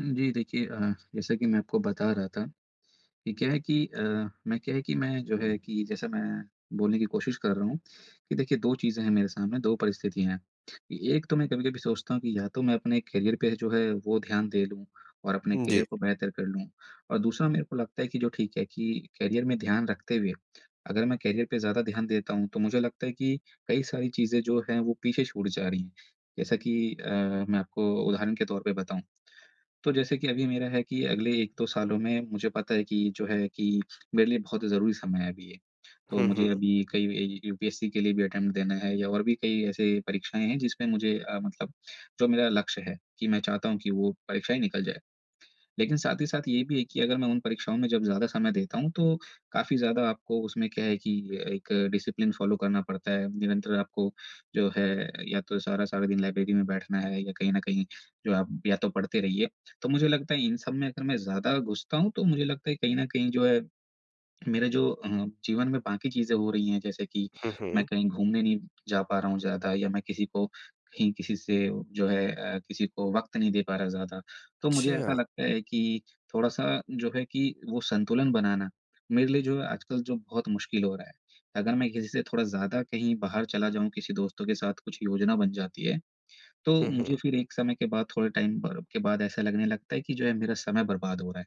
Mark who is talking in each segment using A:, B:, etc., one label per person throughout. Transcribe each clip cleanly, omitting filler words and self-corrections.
A: जी, देखिए, जैसा कि मैं आपको बता रहा था कि क्या है कि मैं क्या है कि मैं जो है कि जैसा मैं बोलने की कोशिश कर रहा हूँ कि देखिए 2 चीज़ें हैं मेरे सामने, 2 परिस्थितियाँ हैं। कि एक तो मैं कभी-कभी सोचता हूँ कि या तो मैं अपने करियर पे जो है वो ध्यान दे लूँ और अपने
B: जी।
A: करियर को बेहतर कर लूँ। और दूसरा मेरे को लगता है कि जो ठीक है कि करियर में ध्यान रखते हुए, अगर मैं करियर पे ज़्यादा ध्यान देता हूँ तो मुझे लगता है कि कई सारी चीज़ें जो हैं वो पीछे छूट जा रही हैं। जैसा कि मैं आपको उदाहरण के तौर पे बताऊँ तो जैसे कि अभी मेरा है कि अगले 1-2 सालों में मुझे पता है कि जो है कि मेरे लिए बहुत ज़रूरी समय है अभी ये। तो
B: हुँ,
A: मुझे
B: हुँ।
A: अभी कई ए यूपीएससी के लिए भी अटेम्प्ट देना है या और भी कई ऐसे परीक्षाएँ हैं जिसमें मुझे मतलब जो मेरा लक्ष्य है कि मैं चाहता हूँ कि वो परीक्षाएँ निकल जाए। लेकिन साथ ही साथ ये भी है कि अगर मैं उन परीक्षाओं में जब ज़्यादा समय देता हूँ, तो काफ़ी ज़्यादा आपको उसमें क्या है कि एक डिसिप्लिन फ़ॉलो करना पड़ता है। निरंतर आपको जो है या तो सारा-सारा दिन लाइब्रेरी में बैठना है या कहीं न कहीं जो आप या तो पढ़ते रहिए। तो मुझे लगता है इन सब में अगर मैं ज़्यादा घुसता हूँ, तो मुझे लगता है कहीं न कहीं जो है मेरे जो जीवन में बाकी चीज़ें हो रही हैं, जैसे कि
B: हुँ,
A: मैं
B: हुँ।
A: कहीं घूमने नहीं जा पा रहा हूँ ज़्यादा या मैं किसी को कहीं किसी से जो है किसी को वक़्त नहीं दे पा रहा ज़्यादा। तो मुझे ऐसा
B: अच्छा।
A: लगता है कि थोड़ा-सा जो है कि वो संतुलन बनाना, मेरे लिए जो है आजकल जो बहुत मुश्किल हो रहा है। अगर मैं किसी से थोड़ा ज़्यादा कहीं बाहर चला जाऊँ, किसी दोस्तों के साथ कुछ योजना बन जाती है, तो
B: हुँ, हुँ।
A: मुझे फिर एक समय के बाद, थोड़े टाइम ब के बाद ऐसा लगने लगता है कि जो है मेरा समय बर्बाद हो रहा है।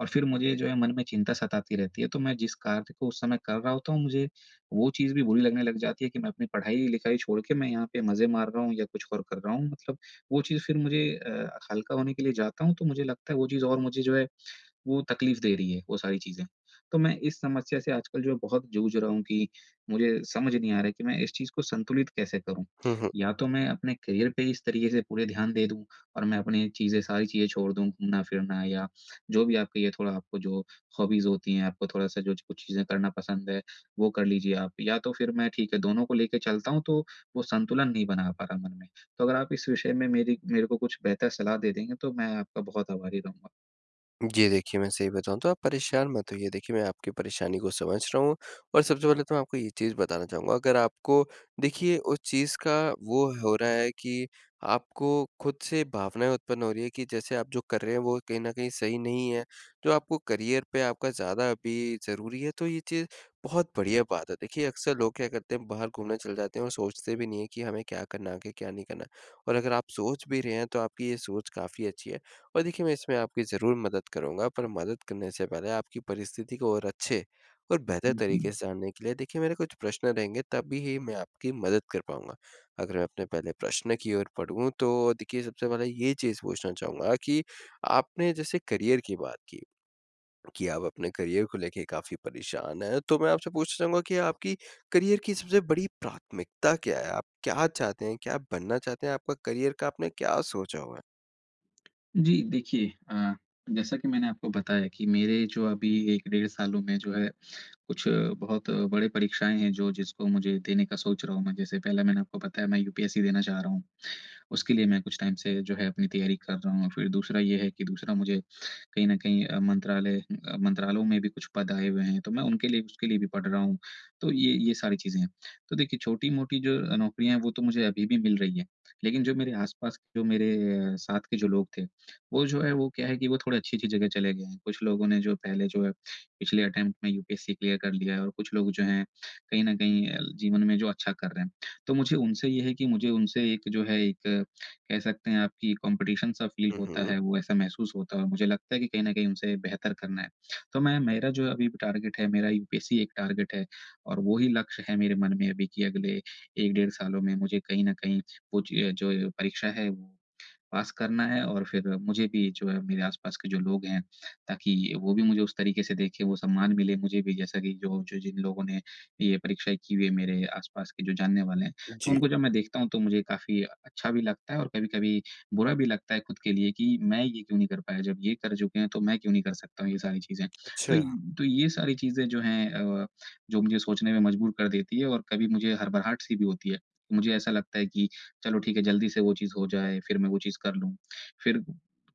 A: और फिर मुझे जो है मन में चिंता सताती रहती है, तो मैं जिस कार्य को उस समय कर रहा होता हूँ, मुझे वो चीज़ भी बुरी लगने लग जाती है कि मैं अपनी पढ़ाई-लिखाई छोड़ के मैं यहाँ पे मज़े मार रहा हूँ या कुछ और कर रहा हूँ। मतलब वो चीज़ फिर मुझे हल्का होने के लिए जाता हूँ, तो मुझे लगता है वो चीज़ और मुझे जो है वो तकलीफ़ दे रही है, वो सारी चीज़ें। तो मैं इस समस्या से आजकल जो बहुत जूझ रहा हूँ कि मुझे समझ नहीं आ रहा है कि मैं इस चीज़ को संतुलित कैसे करूँ?
B: हुँ,
A: या तो मैं अपने करियर पे इस तरीके से पूरे ध्यान दे दूँ और मैं अपनी चीज़ें सारी चीज़ें छोड़ दूँ, घूमना-फिरना या जो भी आपके ये थोड़ा आपको जो हॉबीज़ होती हैं, आपको थोड़ा-सा जो कुछ चीज़ें करना पसंद है, वो कर लीजिए आप। या तो फिर मैं ठीक है, दोनों को लेके चलता हूँ तो वो संतुलन नहीं बना पा रहा मन में। तो अगर आप इस विषय में मेरी मेरे को कुछ बेहतर सलाह दे देंगे तो मैं आपका बहुत आभारी रहूँगा।
B: जी, देखिए, मैं सही बताऊँ तो आप परेशान मत होइए। देखिए, मैं आपकी परेशानी को समझ रहा हूँ और सबसे पहले तो मैं आपको ये चीज़ बताना चाहूँगा, अगर आपको देखिए उस चीज़ का वो हो रहा है कि आपको खुद से भावनाएँ उत्पन्न हो रही है कि जैसे आप जो कर रहे हैं वो कहीं न कहीं सही नहीं है, जो आपको करियर पे आपका ज़्यादा अभी ज़रूरी है, तो ये चीज़ बहुत बढ़िया बात है। देखिए, अक्सर लोग क्या करते हैं बाहर घूमने चले जाते हैं और सोचते भी नहीं है कि हमें क्या करना है, आगे क्या नहीं करना है और अगर आप सोच भी रहे हैं तो आपकी ये सोच काफ़ी अच्छी है। और देखिए, मैं इसमें आपकी ज़रूर मदद करूँगा, पर मदद करने से पहले आपकी परिस्थिति को और अच्छे और बेहतर
A: जी।
B: तरीके से जानने के लिए देखिए मेरे कुछ प्रश्न रहेंगे, तभी ही मैं आपकी मदद कर पाऊँगा। अगर मैं अपने पहले प्रश्न की ओर बढ़ूँ तो देखिए, सबसे पहले ये चीज़ पूछना चाहूँगा कि आपने जैसे करियर की बात की, कि आप अपने करियर को लेके काफ़ी परेशान हैं। तो मैं आपसे पूछना चाहूँगा कि आपकी करियर की सबसे बड़ी प्राथमिकता क्या है? आप क्या चाहते हैं? क्या बनना चाहते हैं? आपका करियर का आपने क्या सोचा हुआ है?
A: जी, देखिए, जैसा कि मैंने आपको बताया कि मेरे जो अभी 1 डेढ़ सालों में जो है कुछ बहुत बड़े परीक्षाएँ हैं जो जिसको मुझे देने का सोच रहा हूँ मैं। जैसे पहला मैंने आपको बताया मैं यूपीएससी देना चाह रहा हूँ। उसके लिए मैं कुछ टाइम से जो है अपनी तैयारी कर रहा हूँ। फिर दूसरा ये है कि दूसरा मुझे कहीं न कहीं मंत्रालयों में भी कुछ पद आए हुए हैं, तो मैं उनके लिए उसके लिए भी पढ़ रहा हूँ। तो ये सारी चीज़ें हैं। तो देखिए छोटी-मोटी जो नौकरियाँ हैं वो तो मुझे अभी भी मिल रही हैं, लेकिन जो मेरे आस-पास के जो मेरे साथ के जो लोग थे, वो जो है वो क्या है कि वो थोड़े अच्छी-अच्छी जगह चले गए हैं। कुछ लोगों ने जो पहले जो है पिछले अटेम्प्ट में यूपीएससी क्लियर कर लिया है और कुछ लोग जो हैं कहीं न कहीं जीवन में जो अच्छा कर रहे हैं। तो मुझे उनसे ये है कि मुझे उनसे एक जो है एक कह सकते हैं आप कि कॉम्पिटिशन सा फ़ील
B: हुँ,
A: होता
B: हुँ।
A: है, वो ऐसा महसूस होता है और मुझे लगता है कि कहीं न कहीं उनसे बेहतर करना है। तो मैं मेरा जो अभी टारगेट है, मेरा यूपीएससी एक टारगेट है और वो ही लक्ष्य है मेरे मन में अभी कि अगले 1 डेढ़ सालों में मुझे कहीं न कहीं वो च जो परीक्षा है वो पास करना है और फिर मुझे भी जो है मेरे आस-पास के जो लोग हैं, ताकि वो भी मुझे उस तरीके से देखें, वो सम्मान मिले मुझे भी जैसा कि जो जो जिन लोगों ने ये परीक्षाएँ की हुई है मेरे आस-पास के जो जानने वाले हैं। तो
B: जी,
A: उनको जब मैं देखता हूँ तो मुझे काफ़ी अच्छा भी लगता है और कभी-कभी बुरा भी लगता है खुद के लिए कि मैं ये क्यों नहीं कर पाया, जब ये कर चुके हैं तो मैं क्यों नहीं कर सकता हूँ ये सारी चीज़ें। तो
B: अच्छा।
A: य तो ये सारी चीज़ें जो हैं जो मुझे सोचने में मजबूर कर देती है और कभी मुझे हड़बड़ाहट सी भी होती है। मुझे ऐसा लगता है कि चलो ठीक है, जल्दी से वो चीज़ हो जाए, फिर मैं वो चीज़ कर लूँ। फिर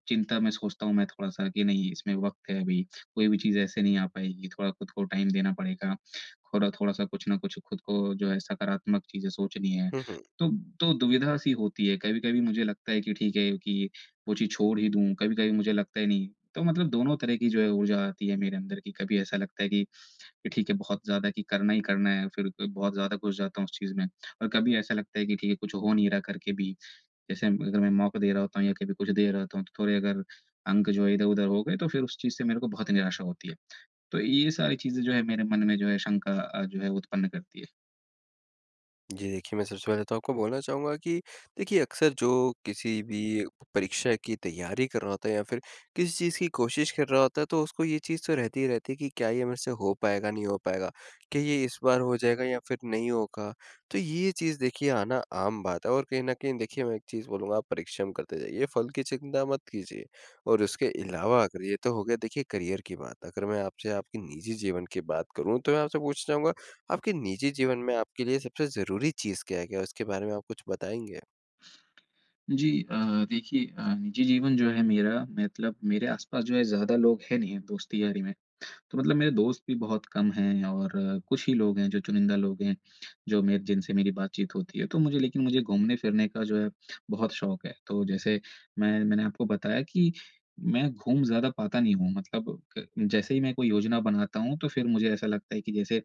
A: चिंता में सोचता हूँ मैं थोड़ा-सा कि नहीं इसमें वक़्त है अभी, कोई भी चीज़ ऐसे नहीं आ पाएगी, थोड़ा खुद को टाइम देना पड़ेगा। थोड़ा थोड़ा-सा कुछ न कुछ खुद को जो है सकारात्मक चीज़ें सोचनी है।
B: हुँ, हुँ।
A: तो दुविधा सी होती है, कभी-कभी मुझे लगता है कि ठीक है कि वो चीज़ छोड़ ही दूँ, कभी-कभी मुझे लगता है नहीं। तो मतलब दोनों तरह की जो है ऊर्जा आती है मेरे अंदर कि कभी ऐसा लगता है कि ठीक है, बहुत ज़्यादा कि करना ही करना है, फिर बहुत ज़्यादा घुस जाता हूँ उस चीज़ में। और कभी ऐसा लगता है कि ठीक है, कुछ हो नहीं रहा करके भी, जैसे अगर मैं मौका दे रहा होता हूँ या कभी कुछ दे रहा होता हूँ, तो थोड़े अगर अंक जो है इधर-उधर हो गए, तो फिर उस चीज़ से मेरे को बहुत निराशा होती है। तो ये सारी चीज़ें जो है मेरे मन में जो है शंका जो है उत्पन्न करती है।
B: जी, देखिए, मैं सबसे पहले तो आपको बोलना चाहूँगा कि देखिए, अक्सर जो किसी भी परीक्षा की तैयारी कर रहा होता है या फिर किसी चीज़ की कोशिश कर रहा होता है, तो उसको ये चीज़ तो रहती ही रहती है कि क्या ये मेरे से हो पाएगा, नहीं हो पाएगा? क्या ये इस बार हो जाएगा या फिर नहीं होगा? तो ये चीज़ देखिए आना आम बात है और कहीं न कहीं देखिए, मैं एक चीज़ बोलूँगा, आप परिश्रम करते जाइए, फल की चिंता मत कीजिए। और उसके अलावा अगर ये तो हो गया देखिए करियर की बात। अगर मैं आपसे आपके निजी जीवन की बात करूँ तो मैं आपसे पूछना चाहूँगा, आपके निजी जीवन में आपके लिए सबसे ज़रूरी चीज़ क्या है? क्या उसके बारे में आप कुछ बताएँगे?
A: जी, देखिए, निजी जीवन जो है मेरा मतलब मेरे आस-पास जो है ज़्यादा लोग हैं नहीं, दोस्ती-यारी में। तो मतलब मेरे दोस्त भी बहुत कम हैं और कुछ ही लोग हैं जो चुनिंदा लोग हैं, जो मेरे जिनसे मेरी बातचीत होती है। तो मुझे लेकिन मुझे घूमने-फिरने का जो है बहुत शौक है। तो जैसे मैंने आपको बताया कि मैं घूम ज़्यादा पाता नहीं हूँ मतलब क जैसे ही मैं कोई योजना बनाता हूँ तो फिर मुझे ऐसा लगता है कि जैसे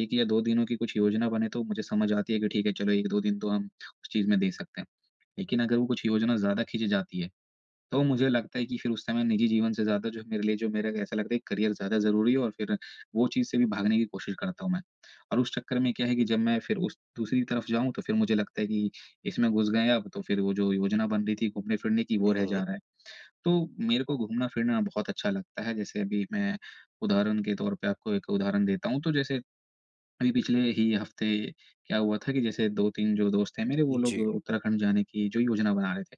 A: 1 या 2 दिनों की कुछ योजना बने तो मुझे समझ आती है कि ठीक है चलो 1-2 दिन तो हम उस चीज़ में दे सकते हैं। लेकिन अगर वो कुछ योजना ज़्यादा खींची जाती है तो मुझे लगता है कि फिर उस समय निजी जीवन से ज़्यादा जो मेरे लिए जो मेरा ऐसा लगता है करियर ज़्यादा ज़रूरी है और फिर वो चीज़ से भी भागने की कोशिश करता हूँ मैं। और उस चक्कर में क्या है कि जब मैं फिर उस दूसरी तरफ जाऊँ तो फिर मुझे लगता है कि इसमें घुस गए अब तो फिर वो जो योजना बन रही थी घूमने-फिरने की वो
B: हुँ,
A: रह
B: हुँ।
A: जा रहा है। तो मेरे को घूमना-फिरना बहुत अच्छा लगता है। जैसे अभी मैं उदाहरण के तौर पे आपको एक उदाहरण देता हूँ। तो जैसे अभी पिछले ही हफ़्ते क्या हुआ था कि जैसे 2-3 जो दोस्त हैं मेरे वो लोग
B: जी।
A: उत्तराखंड जाने की जो योजना बना रहे थे।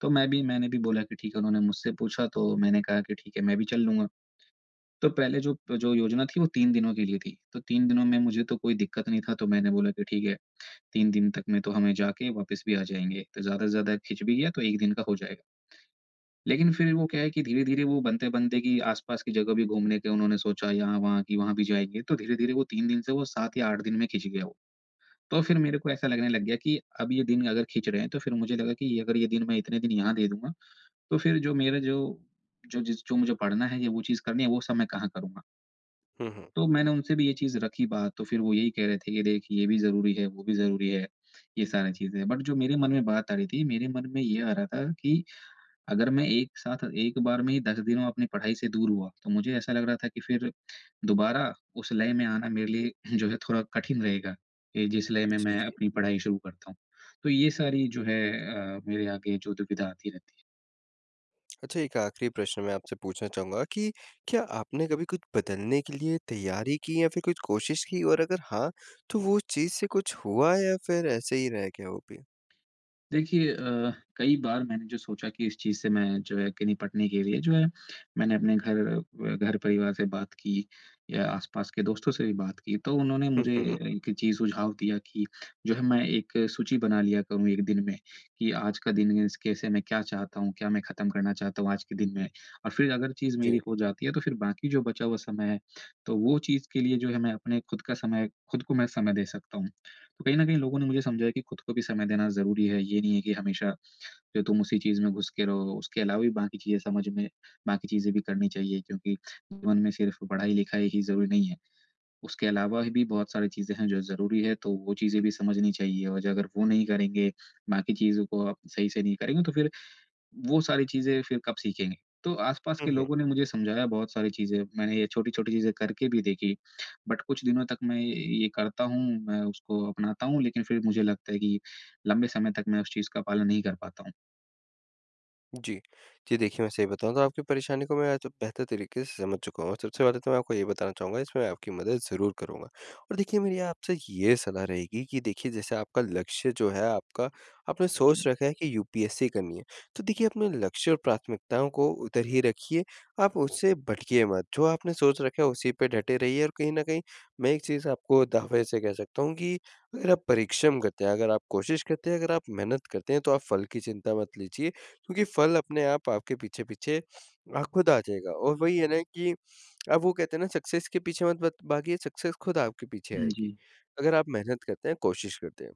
A: तो मैं भी मैंने भी बोला कि ठीक है, उन्होंने मुझसे पूछा तो मैंने कहा कि ठीक है, मैं भी चल लूँगा। तो पहले जो जो योजना थी वो 3 दिनों के लिए थी, तो 3 दिनों में मुझे तो कोई दिक्कत नहीं था, तो मैंने बोला कि ठीक है, 3 दिन तक में तो हमें जाके वापस भी आ जाएँगे, तो ज़्यादा से ज़्यादा खिंच भी गया तो 1 दिन का हो जाएगा। लेकिन फिर वो क्या है कि धीरे-धीरे वो बनते-बनते कि आस-पास की जगह भी घूमने के उन्होंने सोचा यहाँ-वहाँ कि वहाँ भी जाएँगे, तो धीरे-धीरे वो 3 दिन से वो 7 या 8 दिन में खिंच गया वो। तो फिर मेरे को ऐसा लगने लग गया कि अब ये दिन अगर खिंच रहे हैं, तो फिर मुझे लगा कि अगर ये दिन मैं इतने दिन यहाँ दे दूँगा, तो फिर जो मेरा जो जो जिस जो मुझे पढ़ना है या वो चीज़ करनी है वो सब मैं कहाँ करूँगा?
B: हुँ, हुँ।
A: तो मैंने उनसे भी ये चीज़ रखी बात तो फिर वो यही कह रहे थे कि देख ये भी ज़रूरी है, वो भी ज़रूरी है, ये सारी चीज़ें हैं। बट जो मेरे मन में बात आ रही थी, मेरे मन में ये आ रहा था कि अगर मैं एक साथ एक बार में ही 10 दिनों अपनी पढ़ाई से दूर हुआ, तो मुझे ऐसा लग रहा था कि फिर दोबारा उस लय में आना मेरे लिए जो है थोड़ा कठिन रहेगा, कि जिस लय में
B: जी,
A: मैं
B: जी।
A: अपनी पढ़ाई शुरू करता हूँ। तो ये सारी जो है मेरे आगे जो दुविधा आती रहती है।
B: अच्छा, एक आखिरी प्रश्न मैं आपसे पूछना चाहूँगा कि क्या आपने कभी कुछ बदलने के लिए तैयारी की या फिर कुछ कोशिश की, और अगर हाँ, तो वो चीज़ से कुछ हुआ या फिर ऐसे ही रह गया वो भी?
A: देखिए, कई बार मैंने जो सोचा कि इस चीज़ से मैं जो है कि निपटने के लिए जो है मैंने अपने घर परिवार से बात की या आसपास के दोस्तों से भी बात की। तो उन्होंने
B: हुँ,
A: मुझे
B: हुँ।
A: एक चीज़ सुझाव दिया कि जो है मैं एक सूची बना लिया करूँ 1 दिन में कि आज का दिन इस कैसे मैं क्या चाहता हूँ, क्या मैं ख़त्म करना चाहता हूँ आज के दिन में। और फिर अगर चीज़ मेरी
B: जी।
A: हो जाती है तो फिर बाकी जो बचा हुआ समय है, तो वो चीज़ के लिए जो है मैं अपने खुद का समय खुद को मैं समय दे सकता हूँ। तो कहीं न कहीं लोगों ने मुझे समझाया कि खुद को भी समय देना ज़रूरी है। ये नहीं है कि हमेशा जो तुम उसी चीज़ में घुस के रहो। उसके अलावा भी बाकी चीज़ें समझ में बाकी चीज़ें भी करनी चाहिए क्योंकि जीवन में सिर्फ़ पढ़ाई-लिखाई ही ज़रूरी नहीं है। उसके अलावा भी बहुत सारी चीज़ें हैं जो ज़रूरी है, तो वो चीज़ें भी समझनी चाहिए और जो अगर वो नहीं करेंगे, बाकी चीज़ों को आप सही से नहीं करेंगे तो फिर वो सारी चीज़ें फिर कब सीखेंगे? तो आस-पास
B: हुँ,
A: के
B: हुँ।
A: लोगों ने मुझे समझाया बहुत सारी चीज़ें, मैंने ये छोटी-छोटी चीज़ें करके भी देखी, बट कुछ दिनों तक मैं ये करता हूँ, मैं उसको अपनाता हूँ, लेकिन फिर मुझे लगता है कि लंबे समय तक मैं उस चीज़ का पालन नहीं कर पाता हूँ।
B: जी। जी, देखिए, मैं सही बताऊँ तो आपकी परेशानी को मैं आज बेहतर तरीके से समझ चुका हूँ और सबसे पहले तो मैं आपको ये बताना चाहूँगा, इसमें मैं आपकी मदद ज़रूर करूँगा। और देखिए, मेरी आपसे ये सलाह रहेगी कि देखिए, जैसे आपका लक्ष्य जो है, आपका आपने
A: जी।
B: सोच रखा है कि यूपीएससी करनी है। तो देखिए, अपने लक्ष्य और प्राथमिकताओं को उधर ही रखिए, आप उससे भटकिए मत। जो आपने सोच रखा है उसी पे डटे रहिए, और कहीं न कहीं मैं एक चीज़ आपको दावे से कह सकता हूँ कि अगर आप परिश्रम करते हैं, अगर आप कोशिश करते हैं, अगर आप मेहनत करते हैं तो आप फल की चिंता मत लीजिए। क्योंकि फल अपने आप आपके पीछे-पीछे खुद आ जाएगा, और वही है ना कि अब वो कहते हैं ना, सक्सेस के पीछे मत बत भागिए, सक्सेस खुद आपके पीछे आएगी,
A: जी।
B: अगर आप मेहनत करते हैं, कोशिश करते हैं।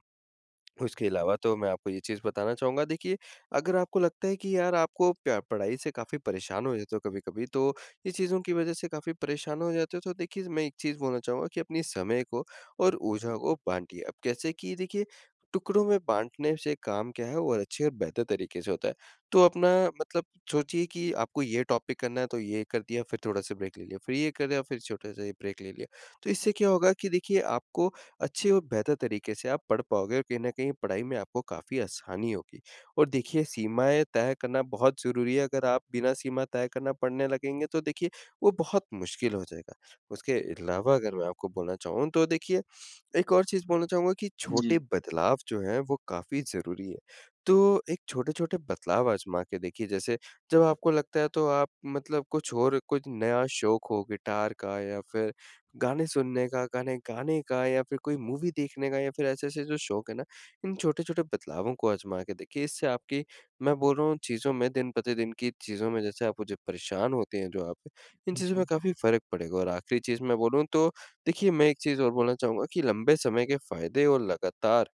B: उसके अलावा तो मैं आपको ये चीज़ बताना चाहूँगा, देखिए, अगर आपको लगता है कि यार आपको प्या पढ़ाई से काफ़ी परेशान हो जाते हो कभी-कभी, तो ये चीज़ों की वज़ह से काफ़ी परेशान हो जाते हो, तो देखिए, मैं एक चीज़ बोलना चाहूँगा कि अपनी समय को और ऊर्जा को बाँटिए। अब कैसे, कि देखिए, टुकड़ों में बाँटने से काम क्या है वो और अच्छे और बेहतर तरीके से होता है। तो अपना मतलब सोचिए कि आपको ये टॉपिक करना है तो ये कर दिया, फिर थोड़ा-सा ब्रेक ले लिया, फिर ये कर दिया, फिर छोटा-सा ये ब्रेक ले लिया। तो इससे क्या होगा कि देखिए, आपको अच्छे और बेहतर तरीके से आप पढ़ पाओगे और कहीं न कहीं पढ़ाई में आपको काफ़ी आसानी होगी। और देखिए, सीमाएँ तय करना बहुत ज़रूरी है, अगर आप बिना सीमा तय करना पढ़ने लगेंगे तो देखिए वो बहुत मुश्किल हो जाएगा। उसके अलावा अगर मैं आपको बोलना चाहूँ तो देखिए, एक और चीज़ बोलना चाहूँगा कि छोटे
A: जी,
B: बदलाव जो हैं वो काफ़ी ज़रूरी है। तो एक छोटे-छोटे बदलाव आज़मा के देखिए, जैसे जब आपको लगता है तो आप मतलब कुछ और कुछ नया शौक हो, गिटार का या फिर गाने सुनने का, गाने गाने का या फिर कोई मूवी देखने का या फिर ऐसे-ऐसे जो शौक है ना, इन छोटे-छोटे बदलावों को आज़मा के देखिए। इससे आपकी, मैं बोल रहा हूँ चीज़ों में, दिन-प्रतिदिन की चीज़ों में, जैसे आप जो परेशान होते हैं जो आप, इन चीज़ों में
A: जी,
B: काफ़ी फ़र्क पड़ेगा। और आखिरी चीज़ मैं बोलूँ तो देखिए, मैं एक चीज़ और बोलना चाहूँगा कि लंबे समय के फ़ायदे और लगातार,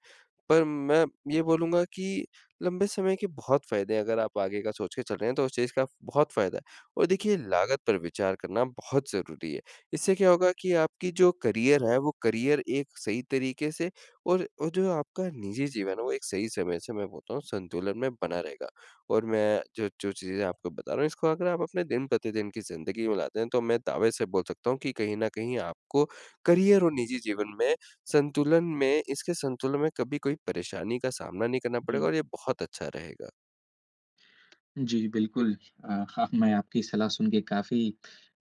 B: पर मैं ये बोलूँगा कि लंबे समय के बहुत फ़ायदे हैं, अगर आप आगे का सोच के चल रहे हैं, तो उस चीज़ का बहुत फ़ायदा है और देखिए, लागत पर विचार करना बहुत ज़रूरी है। इससे क्या होगा कि आपकी जो करियर है, वो करियर एक सही तरीके से और जो आपका निजी जीवन है, वो एक सही समय से, मैं बोलता हूँ, संतुलन में बना रहेगा, और मैं जो जो चीज़ें आपको बता रहा हूँ, इसको अगर आप अपने दिन-प्रतिदिन की ज़िंदगी में लाते हैं, तो मैं दावे से बोल सकता हूँ कि कहीं न कहीं आपको करियर और निजी जीवन में संतुलन में, इसके संतुलन में कभी कोई परेशानी का सामना नहीं करना पड़ेगा
A: जी।
B: और ये बहुत अच्छा रहेगा।
A: जी, बिल्कुल। हाँ, मैं आपकी सलाह सुन के काफ़ी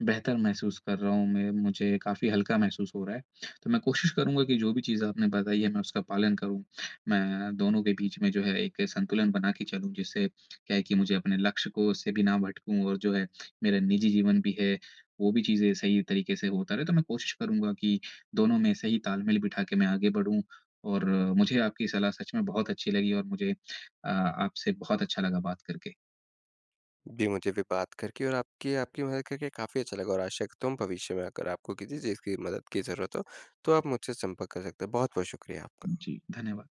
A: बेहतर महसूस कर रहा हूँ। मैं मुझे काफ़ी हल्का महसूस हो रहा है। तो मैं कोशिश करूँगा कि जो भी चीज़ आपने बताई है, मैं उसका पालन करूँ। मैं दोनों के बीच में जो है एक संतुलन बना के चलूँ, जिससे क्या है कि मुझे अपने लक्ष्य को उससे भी ना भटकूँ और जो है मेरा निजी जीवन भी है, वो भी चीज़ें सही तरीके से होता रहे। तो मैं कोशिश करूँगा कि दोनों में सही तालमेल बिठा के मैं आगे बढ़ूँ और मुझे आपकी सलाह सच में बहुत अच्छी लगी और मुझे आपसे बहुत अच्छा लगा बात करके।
B: जी, मुझे भी बात करके और आपकी आपकी मदद करके काफ़ी अच्छा लगा, और आशा करता हूँ भविष्य में अगर आपको किसी चीज़ की मदद की ज़रूरत हो, तो आप मुझसे संपर्क कर सकते हैं। बहुत-बहुत शुक्रिया आपका।
A: जी, धन्यवाद।